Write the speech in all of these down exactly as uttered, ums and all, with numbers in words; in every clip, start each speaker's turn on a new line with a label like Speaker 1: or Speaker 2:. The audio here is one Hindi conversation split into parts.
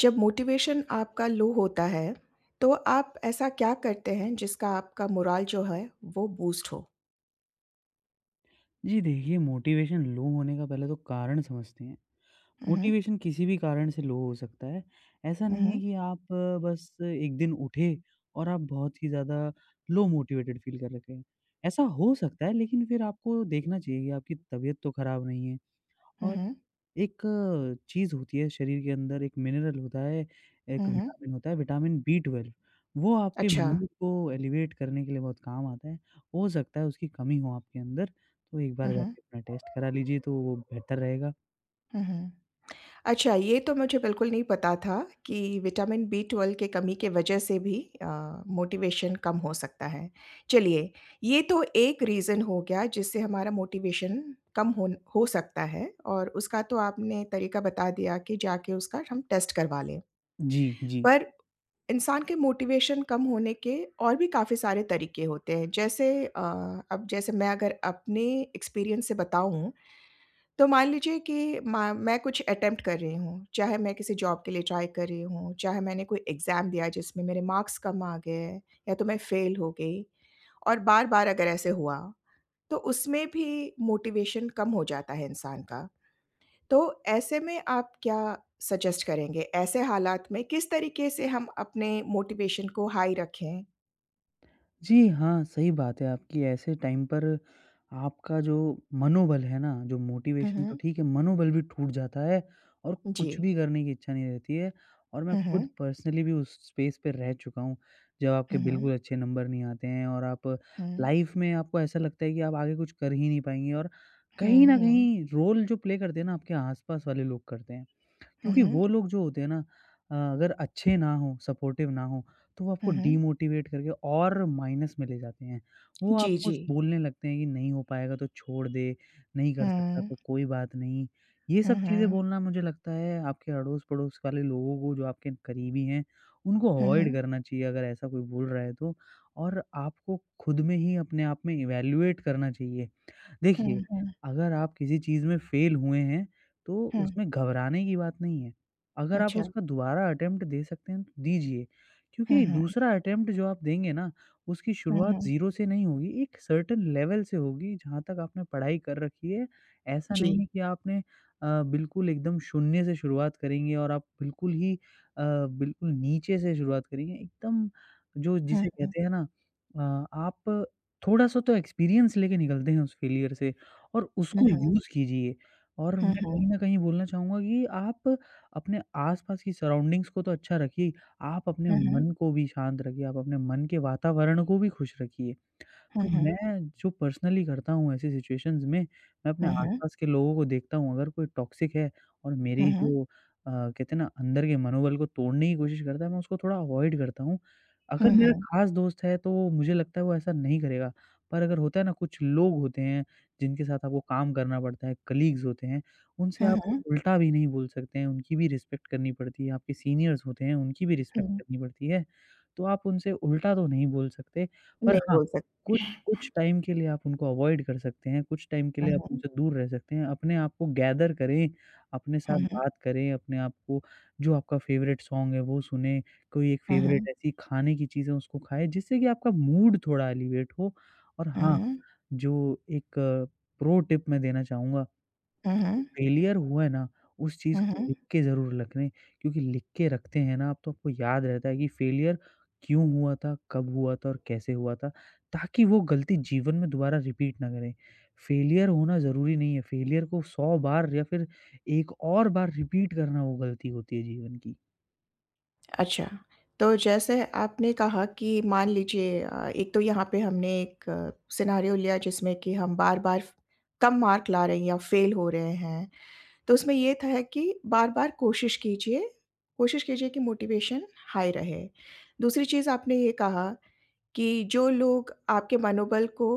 Speaker 1: जब मोटिवेशन आपका लो होता है, तो आप ऐसा क्या करते हैं जिसका आपका मोराल जो है वो बूस्ट हो?
Speaker 2: जी देखिए, मोटिवेशन लो होने का पहले तो कारण समझते हैं।
Speaker 1: हुँ, हुँ।
Speaker 2: मोटिवेशन किसी भी कारण से लो हो सकता है। ऐसा
Speaker 1: हुँ,
Speaker 2: नहीं है
Speaker 1: हुँ।
Speaker 2: कि आप अ, बस एक दिन उठे और आप बहुत ही ज़्यादा लो मोटिवेटेड फ़ील कर रखे हैं। ऐसा हो सकता है लेकिन फिर आपको देखना चाहिए कि आपकी तबीयत तो खराब नहीं है
Speaker 1: हुँ,
Speaker 2: और
Speaker 1: हुँ।
Speaker 2: एक चीज़ होती है शरीर के अंदर, एक मिनरल होता है,
Speaker 1: हुँ,
Speaker 2: एक
Speaker 1: हुँ।
Speaker 2: विटामिन होता है, विटामिन बी ट्वेल्व वो आपके
Speaker 1: अच्छा।
Speaker 2: मूड को एलिवेट करने के लिए बहुत काम आता है। हो सकता है उसकी कमी हो आपके अंदर, तो एक
Speaker 1: हुँ,
Speaker 2: बार
Speaker 1: हुँ।
Speaker 2: जाके अपना टेस्ट करा लीजिए तो वो बेहतर रहेगा।
Speaker 1: हुँ, हुँ। अच्छा, ये तो मुझे बिल्कुल नहीं पता था कि विटामिन बी ट्वेल्व की कमी के वजह से भी अ, मोटिवेशन कम हो सकता है। चलिए, ये तो एक रीज़न हो गया जिससे हमारा मोटिवेशन कम होन हो सकता है और उसका तो आपने तरीका बता दिया कि जाके उसका हम टेस्ट करवा लें।
Speaker 2: जी, जी।
Speaker 1: पर इंसान के मोटिवेशन कम होने के और भी काफ़ी सारे तरीके होते हैं। जैसे अ, अब जैसे मैं अगर अपने एक्सपीरियंस से बताऊँ, तो मान लीजिए कि मा मैं कुछ अटेम्प्ट कर रही हूँ, चाहे मैं किसी जॉब के लिए ट्राई कर रही हूँ, चाहे मैंने कोई एग्ज़ाम दिया जिसमें मेरे मार्क्स कम आ गए हैं या तो मैं फ़ेल हो गई और बार-बार अगर ऐसे हुआ, तो उसमें भी मोटिवेशन कम हो जाता है इंसान का। तो ऐसे में आप क्या सजेस्ट करेंगे? ऐसे हालात में किस तरीके से हम अपने मोटिवेशन को हाई रखें?
Speaker 2: जी हाँ, सही बात है आपकी। ऐसे टाइम पर आपका जो मनोबल है ना, जो
Speaker 1: हुँ,
Speaker 2: मोटिवेशन तो
Speaker 1: हुँ।
Speaker 2: ठीक है, मनोबल भी टूट जाता है और
Speaker 1: जी।
Speaker 2: कुछ भी करने की इच्छा नहीं रहती है। और मैं
Speaker 1: हुँ,
Speaker 2: खुद
Speaker 1: हुँ।
Speaker 2: पर्सनली भी उस स्पेस पे रह चुका हूँ, जब आपके
Speaker 1: हुँ, हुँ।
Speaker 2: बिल्कुल अच्छे नंबर नहीं आते हैं और आप
Speaker 1: हुँ।
Speaker 2: लाइफ़ में आपको ऐसा लगता है कि आप आगे कुछ कर ही नहीं पाएँगे और कहीं
Speaker 1: हुँ,
Speaker 2: न
Speaker 1: हुँ।
Speaker 2: कहीं रोल जो प्ले करते हैं ना, आपके आस-पास वाले लोग करते हैं।
Speaker 1: हुँ,
Speaker 2: क्योंकि
Speaker 1: हुँ।
Speaker 2: वो लोग जो होते हैं ना अ, अगर अच्छे ना हों, सपोर्टिव ना हों, तो वो आपको
Speaker 1: हुँ, हुँ।
Speaker 2: डीमोटिवेट करके और माइनस में ले जाते हैं। वो
Speaker 1: जी,
Speaker 2: आपको
Speaker 1: जी।
Speaker 2: स बोलने लगते हैं कि नहीं हो पाएगा तो छोड़ दे, नहीं कर सकता
Speaker 1: हुँ।
Speaker 2: तो कोई बात नहीं। ये
Speaker 1: हुँ,
Speaker 2: सब चीज़ें
Speaker 1: हुँ।
Speaker 2: बोलना मुझे लगता है आपके अड़ोस-पड़ोस वाले लोगों को जो आपके करीबी हैं, उनको
Speaker 1: हुँ,
Speaker 2: अवॉइड
Speaker 1: हुँ।
Speaker 2: करना चाहिए अगर ऐसा कोई बोल रहा है तो। और आपको खुद में ही अपने आप में इवैल्यूएट करना चाहिए
Speaker 1: हुँ,
Speaker 2: देखिए,
Speaker 1: हुँ।
Speaker 2: अगर आप किसी चीज़ में फेल हुए हैं, तो
Speaker 1: हुँ।
Speaker 2: उसमें घबराने की बात नहीं है। अगर आप
Speaker 1: अच्छा।
Speaker 2: उसका दोबारा अटेम्प्ट दे सकते हैं, तो दीजिए।
Speaker 1: हुँ,
Speaker 2: क्योंकि
Speaker 1: हुँ।
Speaker 2: दूसरा अटेम्प्ट जो आप देंगे ना, उसकी
Speaker 1: हुँ,
Speaker 2: शुरुआत
Speaker 1: हुँ।
Speaker 2: ज़ीरो से नहीं होगी, एक सर्टेन लेवल से होगी जहाँ तक आपने पढ़ाई कर रखी है। ऐसा
Speaker 1: जी।
Speaker 2: नहीं है कि आपने अ, बिल्कुल एकदम शून्य से शुरुआत करेंगे और आप बिल्कुल ही अ, बिल्कुल नीचे से शुरुआत करेंगे। एकदम जो
Speaker 1: हुँ,
Speaker 2: जिसे
Speaker 1: हुँ।
Speaker 2: कहते हैं ना अ, आप थोड़ा-सा तो एक्सपीरियंस लेके निकलते हैं उस फेलियर से और
Speaker 1: हुँ,
Speaker 2: उसको जी।
Speaker 1: हुँ।
Speaker 2: यूज़ कीजिए और
Speaker 1: हुँ,
Speaker 2: मैं
Speaker 1: हुँ।
Speaker 2: कहीं न कहीं बोलना चाहूँगा कि आप अपने आस-पास की सराउंडिंग्स को तो अच्छा रखिए, आप अपने
Speaker 1: हुँ, हुँ।
Speaker 2: मन को भी शांत रखिए, आप अपने मन के वातावरण को भी खुश रखिए।
Speaker 1: हुँ,
Speaker 2: तो
Speaker 1: हुँ।
Speaker 2: मैं जो पर्सनली करता हूँ ऐसी सिचुएशंस में, मैं अपने
Speaker 1: हुँ, हुँ।
Speaker 2: आस-पास के लोगों को देखता हूँ अगर कोई टॉक्सिक है और
Speaker 1: हुँ,
Speaker 2: मेरी
Speaker 1: हुँ।
Speaker 2: जो अ, कहते हैं ना अंदर के मनोबल को तोड़ने की कोशिश करता है, मैं उसको थोड़ा अवॉइड करता हूँ। अगर
Speaker 1: हुँ,
Speaker 2: मेरा
Speaker 1: हुँ।
Speaker 2: खास दोस्त है तो वो मुझे लगता है वो ऐसा नहीं करेगा, पर अगर होता है ना कुछ लोग होते हैं जिनके साथ आपको काम करना पड़ता है, कलीग्स होते हैं, उनसे
Speaker 1: हुँ,
Speaker 2: आप
Speaker 1: हुँ।
Speaker 2: उल्टा भी नहीं बोल सकते हैं, उनकी भी रिस्पेक्ट करनी पड़ती है, आपके सीनियर्स होते हैं उनकी भी रिस्पेक्ट
Speaker 1: हुँ।
Speaker 2: करनी पड़ती है। तो आप उनसे उल्टा तो नहीं बोल सकते, पर
Speaker 1: नहीं
Speaker 2: हाँ,
Speaker 1: बोल सक।
Speaker 2: कुछ कुछ टाइम के लिए आप उनको अवॉइड कर सकते हैं, कुछ टाइम के
Speaker 1: हुँ,
Speaker 2: लिए आप
Speaker 1: हुँ।
Speaker 2: उनसे दूर रह सकते हैं, अपने आप को गैदर करें, अपने साथ
Speaker 1: हुँ, हुँ।
Speaker 2: बात करें, अपने आप को जो आपका फ़ेवरेट सॉन्ग है वो सुनें, कोई एक
Speaker 1: हुँ, हुँ।
Speaker 2: फ़ेवरेट ऐसी खाने की चीज़ है उसको खाएँ, जिससे कि आपका मूड थोड़ा एलिवेट हो और
Speaker 1: हुँ,
Speaker 2: हाँ,
Speaker 1: हुँ।
Speaker 2: जो एक प्रो टिप मैं देना चाहूँगा
Speaker 1: हुँ, हुँ।
Speaker 2: फेलियर हुआ है ना, उस चीज़
Speaker 1: हुँ,
Speaker 2: को हुँ।
Speaker 1: हुँ।
Speaker 2: लिख के ज़रूर रखें क्योंकि लिख के रखते हैं ना आप तो आपको याद रहता है कि फेलियर क्यों हुआ था, कब हुआ था और कैसे हुआ था, ताकि वो गलती जीवन में दोबारा रिपीट ना करें। फेलियर होना ज़रूरी नहीं है, फेलियर को सौ बार या फिर एक और बार रिपीट करना वो गलती होती है जीवन की।
Speaker 1: अच्छा, तो जैसे आपने कहा कि मान लीजिए अ, एक तो यहाँ पे हमने एक सिनेरियो लिया जिसमें कि हम बार-बार कम मार्क ला रहे हैं या फ़ेल हो रहे हैं। तो उसमें ये था है कि बार-बार कोशिश कीजिए, कोशिश कीजिए कि मोटिवेशन हाई रहे। दूसरी चीज़ आपने ये कहा कि जो लोग आपके मनोबल को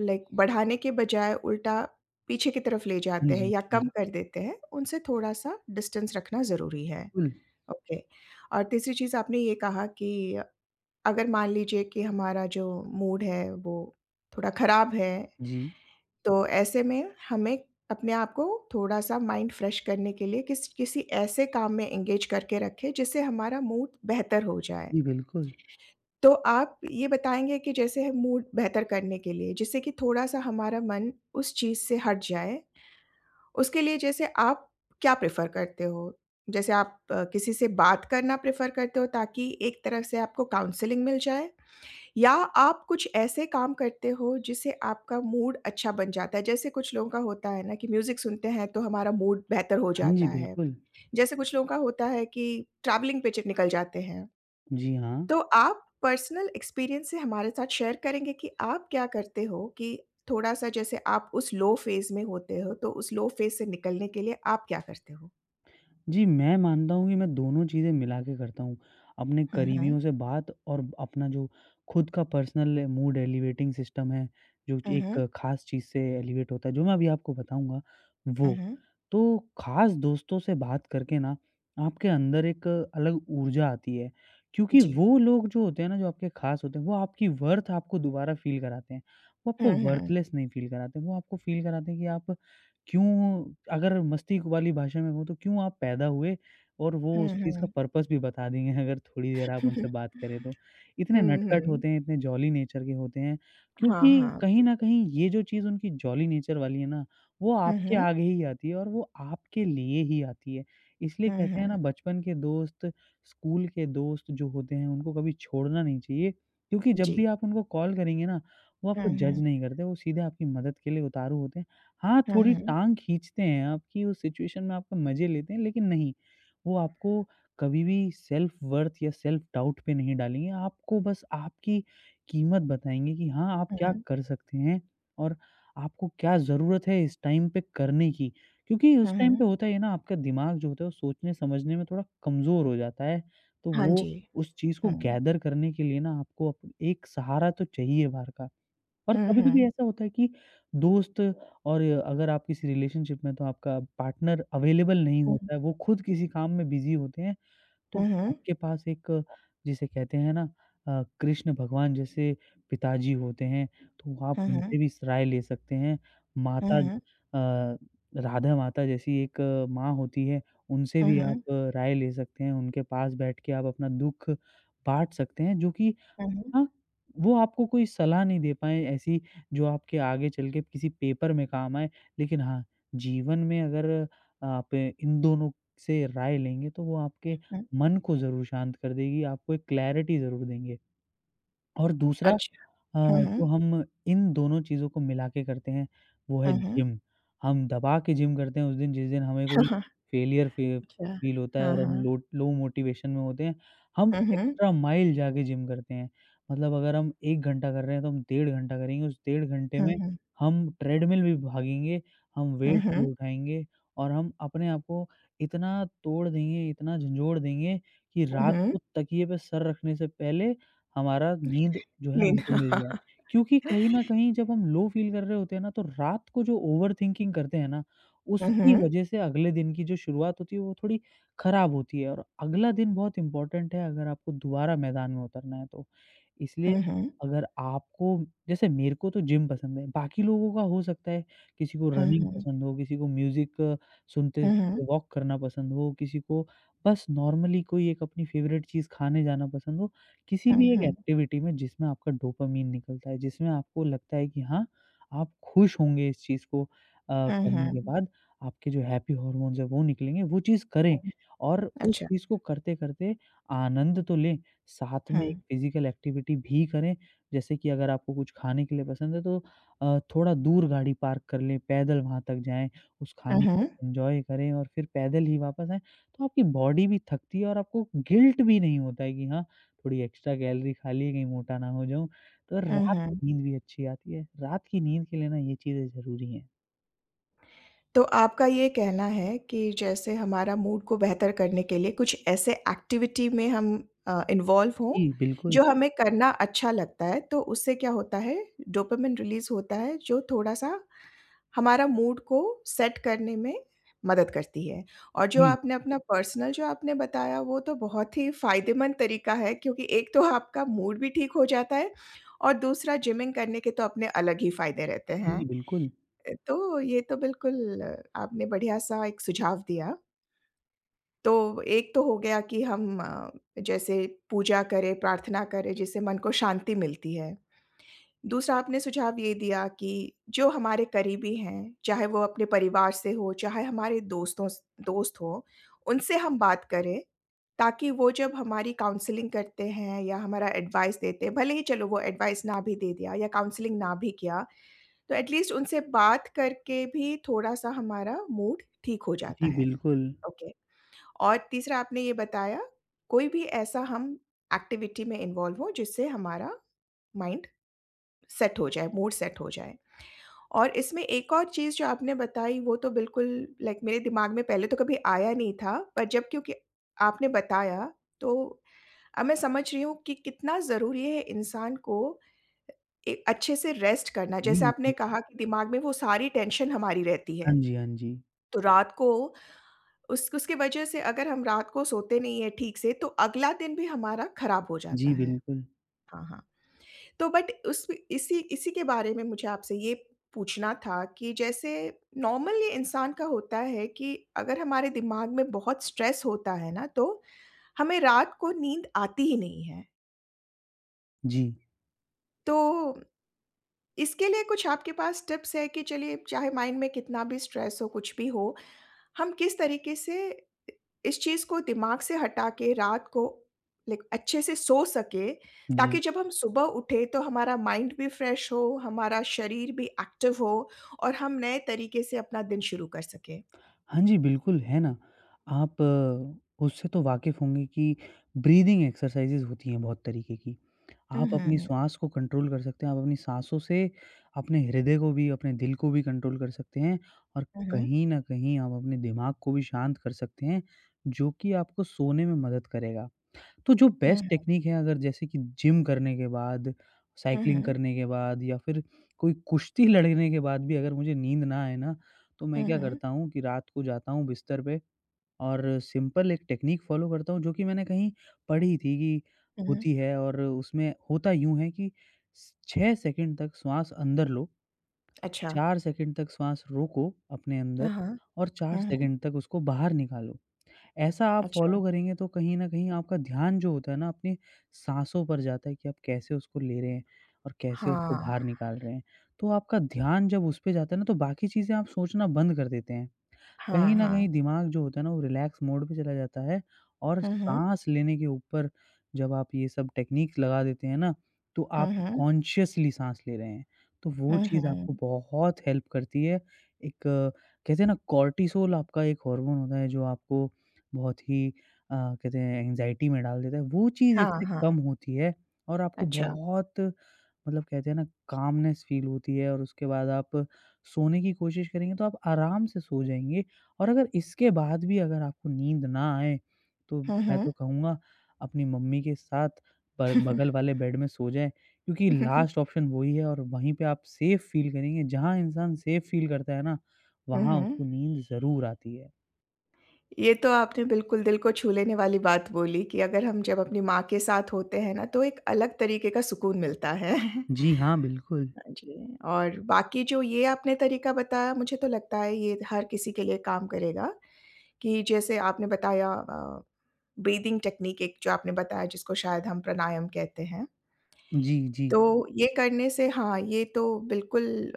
Speaker 1: लाइक बढ़ाने के बजाय उल्टा पीछे की तरफ ले
Speaker 2: हाँ
Speaker 1: जाते हैं
Speaker 2: जी,
Speaker 1: या कम कर देते हैं, उनसे थोड़ा-सा डिस्टेंस रखना ज़रूरी है।
Speaker 2: बिल्कुल।
Speaker 1: ओके। और तीसरी चीज़ आपने ये कहा कि अगर मान लीजिए कि हमारा जो मूड है वो थोड़ा ख़राब है,
Speaker 2: जी,
Speaker 1: तो ऐसे में हमें अपने आप को थोड़ा-सा माइंड फ्रेश करने के लिए किस किसी ऐसे काम में एंगेज करके रखें जिससे हमारा मूड बेहतर हो जाए।
Speaker 2: जी बिल्कुल।
Speaker 1: तो आप ये बताएँगे कि जैसे मूड बेहतर करने के लिए जिससे कि थोड़ा-सा हमारा मन उस चीज़ से हट जाए उसके लिए जैसे आप क्या प्रेफ़र करते हो? जैसे आप अ, किसी से बात करना प्रेफ़र करते हो ताकि एक तरफ से आपको काउंसलिंग मिल जाए? या आप कुछ ऐसे काम करते हो जिससे आपका मूड अच्छा बन जाता है? जैसे कुछ लोगों का होता है ना कि म्यूज़िक सुनते हैं तो हमारा मूड बेहतर हो
Speaker 2: हाँ
Speaker 1: जाता
Speaker 2: जी,
Speaker 1: है।
Speaker 2: बिल्कुल।
Speaker 1: जैसे कुछ लोगों का होता है कि ट्रैवलिंग पे च निकल जाते हैं।
Speaker 2: जी, हाँ।
Speaker 1: तो आप पर्सनल एक्सपीरियंस से हमारे साथ शेयर करेंगे कि आप क्या करते हो कि थोड़ा-सा जैसे आप उस लो फ़ेज़ में होते हो, तो उस लो फ़ेज़ से निकलने के लिए आप क्या करते हो?
Speaker 2: जी, मैं मानता हूँ कि मैं दोनों चीज़ें मिला के करता हूँ। अपने
Speaker 1: हुँ, हुँ।
Speaker 2: करीबियों से बात और अपना जो खुद का पर्सनल मूड एलिवेटिंग सिस्टम है, जो
Speaker 1: हुँ,
Speaker 2: एक
Speaker 1: हुँ।
Speaker 2: ख़ास चीज़ से एलिवेट होता है, जो मैं अभी आपको बताऊँगा,
Speaker 1: हुँ,
Speaker 2: वो।
Speaker 1: हुँ।
Speaker 2: तो ख़ास दोस्तों से बात करके ना, आपके अंदर एक अलग ऊर्जा आती है, क्योंकि
Speaker 1: जी।
Speaker 2: वो लोग जो होते हैं ना, जो आपके ख़ास होते हैं, वो आपकी वर्थ आपको दोबारा फ़ील कराते हैं। वो
Speaker 1: हुँ,
Speaker 2: आपको
Speaker 1: हुँ।
Speaker 2: वर्थलेस नहीं फ़ील कराते, वो आपको फ़ील कराते हैं कि आप क्यों अगर मस्ती वाली भाषा में कहूँ तो क्यों आप पैदा हुए और वो
Speaker 1: हुँ,
Speaker 2: उस चीज़ का
Speaker 1: हुँ।
Speaker 2: पर्पस भी बता देंगे अगर थोड़ी देर आप उनसे बात करें तो। इतने
Speaker 1: हुँ,
Speaker 2: नटखट
Speaker 1: हुँ।
Speaker 2: होते हैं, इतने जॉली नेचर के होते हैं
Speaker 1: हाँ,
Speaker 2: क्योंकि
Speaker 1: हाँ।
Speaker 2: कहीं न कहीं ये जो चीज़ उनकी जॉली नेचर वाली है ना, वो
Speaker 1: हुँ,
Speaker 2: आपके
Speaker 1: हुँ।
Speaker 2: आगे ही आती है और वो आपके लिए ही आती है। इसलिए
Speaker 1: हुँ,
Speaker 2: कहते हैं ना
Speaker 1: हुँ।
Speaker 2: बचपन के दोस्त, स्कूल के दोस्त जो होते हैं उनको कभी छोड़ना नहीं चाहिए क्योंकि
Speaker 1: जी।
Speaker 2: जब भी आप उनको कॉल करेंगे ना, वो
Speaker 1: हुँ,
Speaker 2: आपको जज
Speaker 1: हुँ।
Speaker 2: नहीं करते, वो सीधे आपकी मदद के लिए उतारू होते हैं। हाँ,
Speaker 1: हुँ,
Speaker 2: थोड़ी
Speaker 1: हुँ।
Speaker 2: टाँग खींचते हैं आपकी उस सिचुएशन में आपका मज़े लेते हैं, लेकिन नहीं, वो आपको कभी भी सेल्फ वर्थ या सेल्फ डाउट पे नहीं डालेंगे। आपको बस आपकी कीमत बताएँगे कि हाँ, आप
Speaker 1: हुँ,
Speaker 2: क्या
Speaker 1: हुँ।
Speaker 2: कर सकते हैं और आपको क्या ज़रूरत है इस टाइम पे करने की। क्योंकि
Speaker 1: हुँ,
Speaker 2: उस टाइम
Speaker 1: हुँ।
Speaker 2: पे होता है ना आपका दिमाग जो होता है वो सोचने-समझने में थोड़ा कमज़ोर हो जाता है, तो
Speaker 1: हाँ
Speaker 2: वो
Speaker 1: जी।
Speaker 2: उस चीज़ को
Speaker 1: हुँ।
Speaker 2: गैदर करने के लिए ना आपको अप एक सहारा तो चाहिए बाहर का। और
Speaker 1: हुँ,
Speaker 2: कभी-कभी
Speaker 1: हुँ।
Speaker 2: ऐसा होता है कि दोस्त और अगर आप किसी रिलेशनशिप में हैं, तो आपका पार्टनर अवेलेबल नहीं
Speaker 1: हुँ,
Speaker 2: होता है, वो खुद किसी काम में बिज़ी होते हैं, तो
Speaker 1: हुँ, हुँ।
Speaker 2: आपके पास एक जिसे कहते हैं ना अ, कृष्ण भगवान जैसे पिताजी होते हैं, तो आप
Speaker 1: हुँ,
Speaker 2: उनसे
Speaker 1: हुँ।
Speaker 2: भी राय ले सकते हैं।
Speaker 1: हुँ,
Speaker 2: माता
Speaker 1: हुँ।
Speaker 2: अ, राधा माता जैसी एक अ, माँ होती है, उनसे
Speaker 1: हुँ,
Speaker 2: भी
Speaker 1: हुँ।
Speaker 2: आप अ, राय ले सकते हैं, उनके पास बैठ के आप अपना दुःख बाँट सकते हैं, जो कि
Speaker 1: हुँ, हुँ।
Speaker 2: हाँ, वो आपको कोई सलाह नहीं दे पाएँ ऐसी जो आपके आगे चल के किसी पेपर में काम आए। लेकिन हाँ, जीवन में अगर आप इन दोनों से राय लेंगे तो वो आपके
Speaker 1: हुँ।
Speaker 2: मन को ज़रूर शांत कर देगी, आपको एक क्लैरिटी ज़रूर देंगे। और दूसरा
Speaker 1: अच्छा।
Speaker 2: अ,
Speaker 1: हुँ, हुँ।
Speaker 2: जो हम इन दोनों चीज़ों को मिला के करते हैं, वो है
Speaker 1: हुँ, हुँ।
Speaker 2: जिम। हम दबा के जिम करते हैं उस दिन जिस दिन हमें कोई फेलियर फी
Speaker 1: Tja.
Speaker 2: फील होता है और
Speaker 1: Aha.
Speaker 2: हम लो लो मोटिवेशन में होते हैं, हम
Speaker 1: Mhm.
Speaker 2: एक्स्ट्रा माइल जाके जिम करते हैं। मतलब अगर हम एक घंटा कर रहे हैं तो हम डेढ़ घंटा करेंगे, उस डेढ़ घंटे में
Speaker 1: Mhm.
Speaker 2: हम ट्रेडमिल भी भागेंगे, हम वेट
Speaker 1: Mhm.
Speaker 2: भी उठाएँगे और हम अपने आप को इतना तोड़ देंगे, इतना झंझोड़ देंगे कि रात को
Speaker 1: Mhm.
Speaker 2: तकिए पे सर रखने से पहले हमारा नींद जो है
Speaker 1: Min
Speaker 2: हमको मिल जाए। क्योंकि कहीं न कहीं जब हम लो फ़ील कर रहे होते हैं ना, तो रात को जो ओवरथिंकिंग करते हैं ना, उसकी
Speaker 1: Mhm.
Speaker 2: वज़ह से अगले दिन की जो शुरुआत होती है, वो थोड़ी ख़राब होती है और अगला दिन बहुत इम्पोर्टेंट है अगर आपको दोबारा मैदान में उतरना है तो। इसलिए
Speaker 1: Mhm.
Speaker 2: अगर आपको जैसे मेरे को तो जिम पसंद है, बाकी लोगों का हो सकता है किसी को रनिंग
Speaker 1: Mhm.
Speaker 2: पसंद हो, किसी को म्यूज़िक सुनते वॉक करना पसंद हो, किसी को बस नॉर्मली कोई एक अपनी फ़ेवरेट चीज़ खाने जाना पसंद हो। किसी भी एक
Speaker 1: Mhm.
Speaker 2: एक्टिविटी में जिसमें आपका डोपामाइन निकलता है, जिसमें आपको लगता है कि हाँ, आप खुश होंगे इस चीज़ को अ, करने के
Speaker 1: Mhm.
Speaker 2: बाद, आपके जो हैप्पी हार्मोन्स हैं वो निकलेंगे, वो चीज़ करें और उस
Speaker 1: अच्छा।
Speaker 2: चीज़ को करते-करते आनंद तो लें, साथ
Speaker 1: हम्म,
Speaker 2: में
Speaker 1: Mhm.
Speaker 2: एक
Speaker 1: Acha.
Speaker 2: फिज़िकल एक्टिविटी भी करें। जैसे कि अगर आपको कुछ खाने के लिए पसंद है तो अ, थोड़ा दूर गाड़ी पार्क कर लें, पैदल वहाँ तक जाएँ, उस
Speaker 1: Hıı.
Speaker 2: खाने
Speaker 1: Hı
Speaker 2: को
Speaker 1: hı.
Speaker 2: एन्जॉय करें और फिर पैदल ही वापस आएँ। तो आपकी बॉडी भी थकती है और आपको गिल्ट भी नहीं होता है कि हाँ, थोड़ी एक्स्ट्रा कैलोरी खा ली कहीं मोटा ना हो जाऊँ। तो
Speaker 1: Hı
Speaker 2: रात
Speaker 1: hı.
Speaker 2: की नींद भी अच्छी आती है। रात की नींद के लिए ना ये चीज़ें ज़रूरी हैं।
Speaker 1: तो आपका ये कहना है कि जैसे हमारा मूड को बेहतर करने के लिए कुछ ऐसे एक्टिविटी में हम अ, इन्वॉल्व हों,
Speaker 2: जी, बिल्कुल।
Speaker 1: जो हमें करना अच्छा लगता है, तो उससे क्या होता है, डोपामाइन रिलीज़ होता है, जो थोड़ा-सा हमारा मूड को सेट करने में मदद करती है। और जो
Speaker 2: जी।
Speaker 1: आपने अपना पर्सनल जो आपने बताया, वो तो बहुत ही फ़ायदेमंद तरीका है क्योंकि एक तो आपका मूड भी ठीक हो जाता है और दूसरा जिमिंग करने के तो अपने अलग ही फ़ायदे रहते
Speaker 2: हाँ जी,
Speaker 1: हैं।
Speaker 2: बिल्कुल।
Speaker 1: तो ये तो बिल्कुल आपने बढ़िया-सा एक सुझाव दिया। तो एक तो हो गया कि हम अ, जैसे पूजा करें, प्रार्थना करें, जिससे मन को शांति मिलती है। दूसरा आपने सुझाव ये दिया कि जो हमारे करीबी हैं, चाहे वो अपने परिवार से हो, चाहे हमारे दोस्तों स दोस्त हों, उनसे हम बात करें, ताकि वो जब हमारी काउंसलिंग करते हैं या हमारा एडवाइस देते हैं, भले ही चलो वो एडवाइस ना भी दे दिया या काउंसलिंग ना भी किया, तो एट लीस्ट उनसे बात करके भी थोड़ा-सा हमारा मूड ठीक हो जाता
Speaker 2: जी,
Speaker 1: है।
Speaker 2: बिल्कुल।
Speaker 1: ओके। और तीसरा आपने ये बताया, कोई भी ऐसा हम एक्टिविटी में इन्वॉल्व हों, जिससे हमारा माइंड सेट हो जाए, मूड सेट हो जाए। और इसमें एक और चीज़ जो आपने बताई वो तो बिल्कुल लाइक मेरे दिमाग में पहले तो कभी आया नहीं था, पर जब क्योंकि आपने बताया तो अब मैं समझ रही हूँ कि कितना ज़रूरी है इंसान को ए अच्छे से रेस्ट करना।
Speaker 2: जी,
Speaker 1: जैसे आपने
Speaker 2: जी।
Speaker 1: कहा कि दिमाग में वो सारी टेंशन हमारी रहती
Speaker 2: हाँ
Speaker 1: है,
Speaker 2: जी, हाँ जी।
Speaker 1: तो रात को उस उसकी वजह से अगर हम रात को सोते नहीं हैं ठीक से तो अगला दिन भी हमारा खराब हो जाता
Speaker 2: जी,
Speaker 1: है।
Speaker 2: बिल्कुल।
Speaker 1: हाँ, हाँ। तो बट उस इसी इसी के बारे में मुझे आपसे ये पूछना था कि जैसे नॉर्मली इंसान का होता है कि अगर हमारे दिमाग में बहुत स्ट्रेस होता है ना तो हमें रात को नींद आती ही नहीं है।
Speaker 2: जी,
Speaker 1: तो इसके लिए कुछ आपके पास टिप्स है कि चलिए चाहे माइंड में कितना भी स्ट्रेस हो, कुछ भी हो हम किस तरीके से इस चीज़ को दिमाग से हटा के रात को लाइक अच्छे से सो सकें,
Speaker 2: जी।
Speaker 1: ताकि जब हम सुबह उठें तो हमारा माइंड भी फ्रेश हो, हमारा शरीर भी एक्टिव हो और हम नए तरीके से अपना दिन शुरू कर सकें।
Speaker 2: हाँ जी, बिल्कुल, है ना। आप अ, उससे तो वाकिफ़ होंगे कि ब्रीदिंग एक्सरसाइज़ेज़ होती हैं बहुत तरीके की। आप अपनी
Speaker 1: उहुँ,
Speaker 2: श्वास को कंट्रोल कर सकते हैं, आप अपनी साँसों से अपने हृदय को भी, अपने दिल को भी कंट्रोल कर सकते हैं और
Speaker 1: उहुँ,
Speaker 2: कहीं न कहीं आप अपने दिमाग को भी शांत कर सकते हैं, जो कि आपको सोने में मदद करेगा। तो जो बेस्ट
Speaker 1: उहुँ,
Speaker 2: टेक्नीक है अगर जैसे कि जिम करने के बाद,
Speaker 1: उहुँ,
Speaker 2: साइक्लिंग करने के बाद या फिर कोई कुश्ती लड़ने के बाद भी अगर मुझे नींद ना आए ना, तो मैं क्या
Speaker 1: उहुँ,
Speaker 2: करता हूँ कि रात को जाता हूँ बिस्तर पे और सिंपल एक टेक्नीक फ़ॉलो करता हूँ जो कि मैंने कहीं पढ़ी थी कि
Speaker 1: उहुँ,
Speaker 2: होती है और उसमें होता यूँ है कि स छह सेकंड तक श्वास अंदर लो,
Speaker 1: अच्छा।
Speaker 2: चार सेकंड तक श्वास रोको अपने
Speaker 1: हाँ,
Speaker 2: अंदर
Speaker 1: हाँ,
Speaker 2: और चार
Speaker 1: हाँ, हाँ,
Speaker 2: सेकंड तक उसको बाहर निकालो। ऐसा आप
Speaker 1: अच्छा।
Speaker 2: फ़ॉलो करेंगे तो कहीं न कहीं आपका ध्यान जो होता है ना अपनी साँसों पर जाता है कि आप कैसे उसको ले रहे हैं और कैसे उसको
Speaker 1: हाँ,
Speaker 2: बाहर निकाल रहे हैं। तो आपका ध्यान जब उस पे जाता है ना तो बाकी चीज़ें आप सोचना बंद कर देते हैं।
Speaker 1: हाँ,
Speaker 2: कहीं न कहीं
Speaker 1: हाँ।
Speaker 2: दिमाग जो होता है ना वो रिलैक्स मोड पे चला जाता है और
Speaker 1: हुँ, हुँ,
Speaker 2: साँस लेने के ऊपर जब आप ये सब टेक्नीक्स लगा देते हैं ना, तो आप
Speaker 1: हुँ, हुँ,
Speaker 2: कॉन्शियसली साँस ले रहे हैं। तो वो
Speaker 1: हुँ,
Speaker 2: चीज़ आपको
Speaker 1: हुँ।
Speaker 2: बहुत हेल्प करती है। एक अ, कहते हैं ना कॉर्टिसोल आपका एक हार्मोन होता है जो आपको बहुत ही अ, कहते हैं एंग्ज़ायटी में डाल देता है। वो चीज़
Speaker 1: हाँ,
Speaker 2: इससे
Speaker 1: हाँ,
Speaker 2: कम होती है और आपको
Speaker 1: अच्छा।
Speaker 2: बहुत मतलब कहते हैं ना कामनेस फ़ील होती है और उसके बाद आप सोने की कोशिश करेंगे तो आप आराम से सो जाएँगे और अगर इसके बाद भी अगर आपको नींद ना आए, तो
Speaker 1: हुँ,
Speaker 2: मैं
Speaker 1: हुँ।
Speaker 2: तो कहूँगा अपनी मम्मी के साथ ब बगल वाले बेड में सो जाएँ क्योंकि लास्ट ऑप्शन वही है और वहीं पे आप सेफ़ फ़ील करेंगे। जहाँ इंसान सेफ़ फ़ील करता है ना,
Speaker 1: हुँ,
Speaker 2: वहाँ
Speaker 1: हुँ।
Speaker 2: उसको नींद ज़रूर आती है।
Speaker 1: ये तो आपने बिल्कुल दिल को छू लेने वाली बात बोली कि अगर हम जब अपनी माँ के साथ होते हैं ना, तो एक अलग तरीके का सुकून मिलता है।
Speaker 2: जी हाँ, बिल्कुल।
Speaker 1: हाँ जी, और बाकी जो ये आपने तरीका बताया मुझे तो लगता है ये हर किसी के लिए काम करेगा, कि जैसे आपने बताया अ, ब्रीथिंग टेक्निक एक जो आपने बताया जिसको शायद हम प्राणायाम कहते हैं।
Speaker 2: जी, जी।
Speaker 1: तो ये करने से हाँ, ये तो बिल्कुल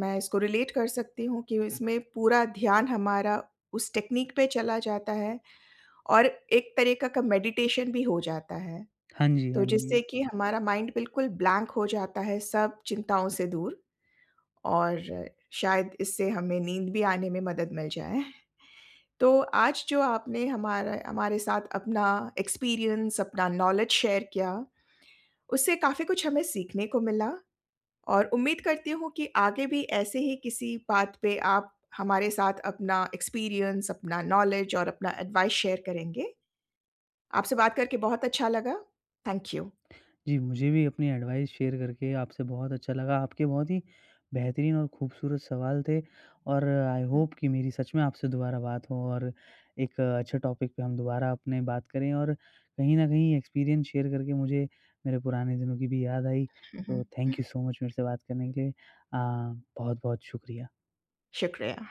Speaker 1: मैं इसको रिलेट कर सकती हूँ कि इसमें पूरा ध्यान हमारा उस टेक्निक पे चला जाता है और एक तरीका का मेडिटेशन भी हो जाता है,
Speaker 2: हाँ जी, हाँ
Speaker 1: तो
Speaker 2: जी।
Speaker 1: जिससे कि हमारा माइंड बिल्कुल ब्लैंक हो जाता है सब चिंताओं से दूर और शायद इससे हमें नींद भी आने में मदद मिल जाए। तो आज जो आपने हमारा हमारे साथ अपना एक्सपीरियंस, अपना नॉलेज शेयर किया, उससे काफ़ी कुछ हमें सीखने को मिला और उम्मीद करती हूँ कि आगे भी ऐसे ही किसी बात पे आप हमारे साथ अपना एक्सपीरियंस, अपना नॉलेज और अपना एडवाइस शेयर करेंगे। आपसे बात करके बहुत अच्छा लगा। Thank you.
Speaker 2: जी, मुझे भी अपनी एडवाइस शेयर करके आपसे बहुत अच्छा लगा। आपके बहुत ही बेहतरीन और खूबसूरत सवाल थे और आई होप कि मेरी सच में आपसे दोबारा बात हो और एक अच्छे टॉपिक पे हम दोबारा अपने बात करें और कहीं न कहीं एक्सपीरियंस शेयर करके मुझे मेरे पुराने दिनों की भी याद आई।
Speaker 1: हुँ, हुँ,
Speaker 2: तो
Speaker 1: हुँ।
Speaker 2: थैंक यू सो मच मेरे से बात करने के लिए। अ, बहुत-बहुत शुक्रिया।
Speaker 1: शुक्रिया।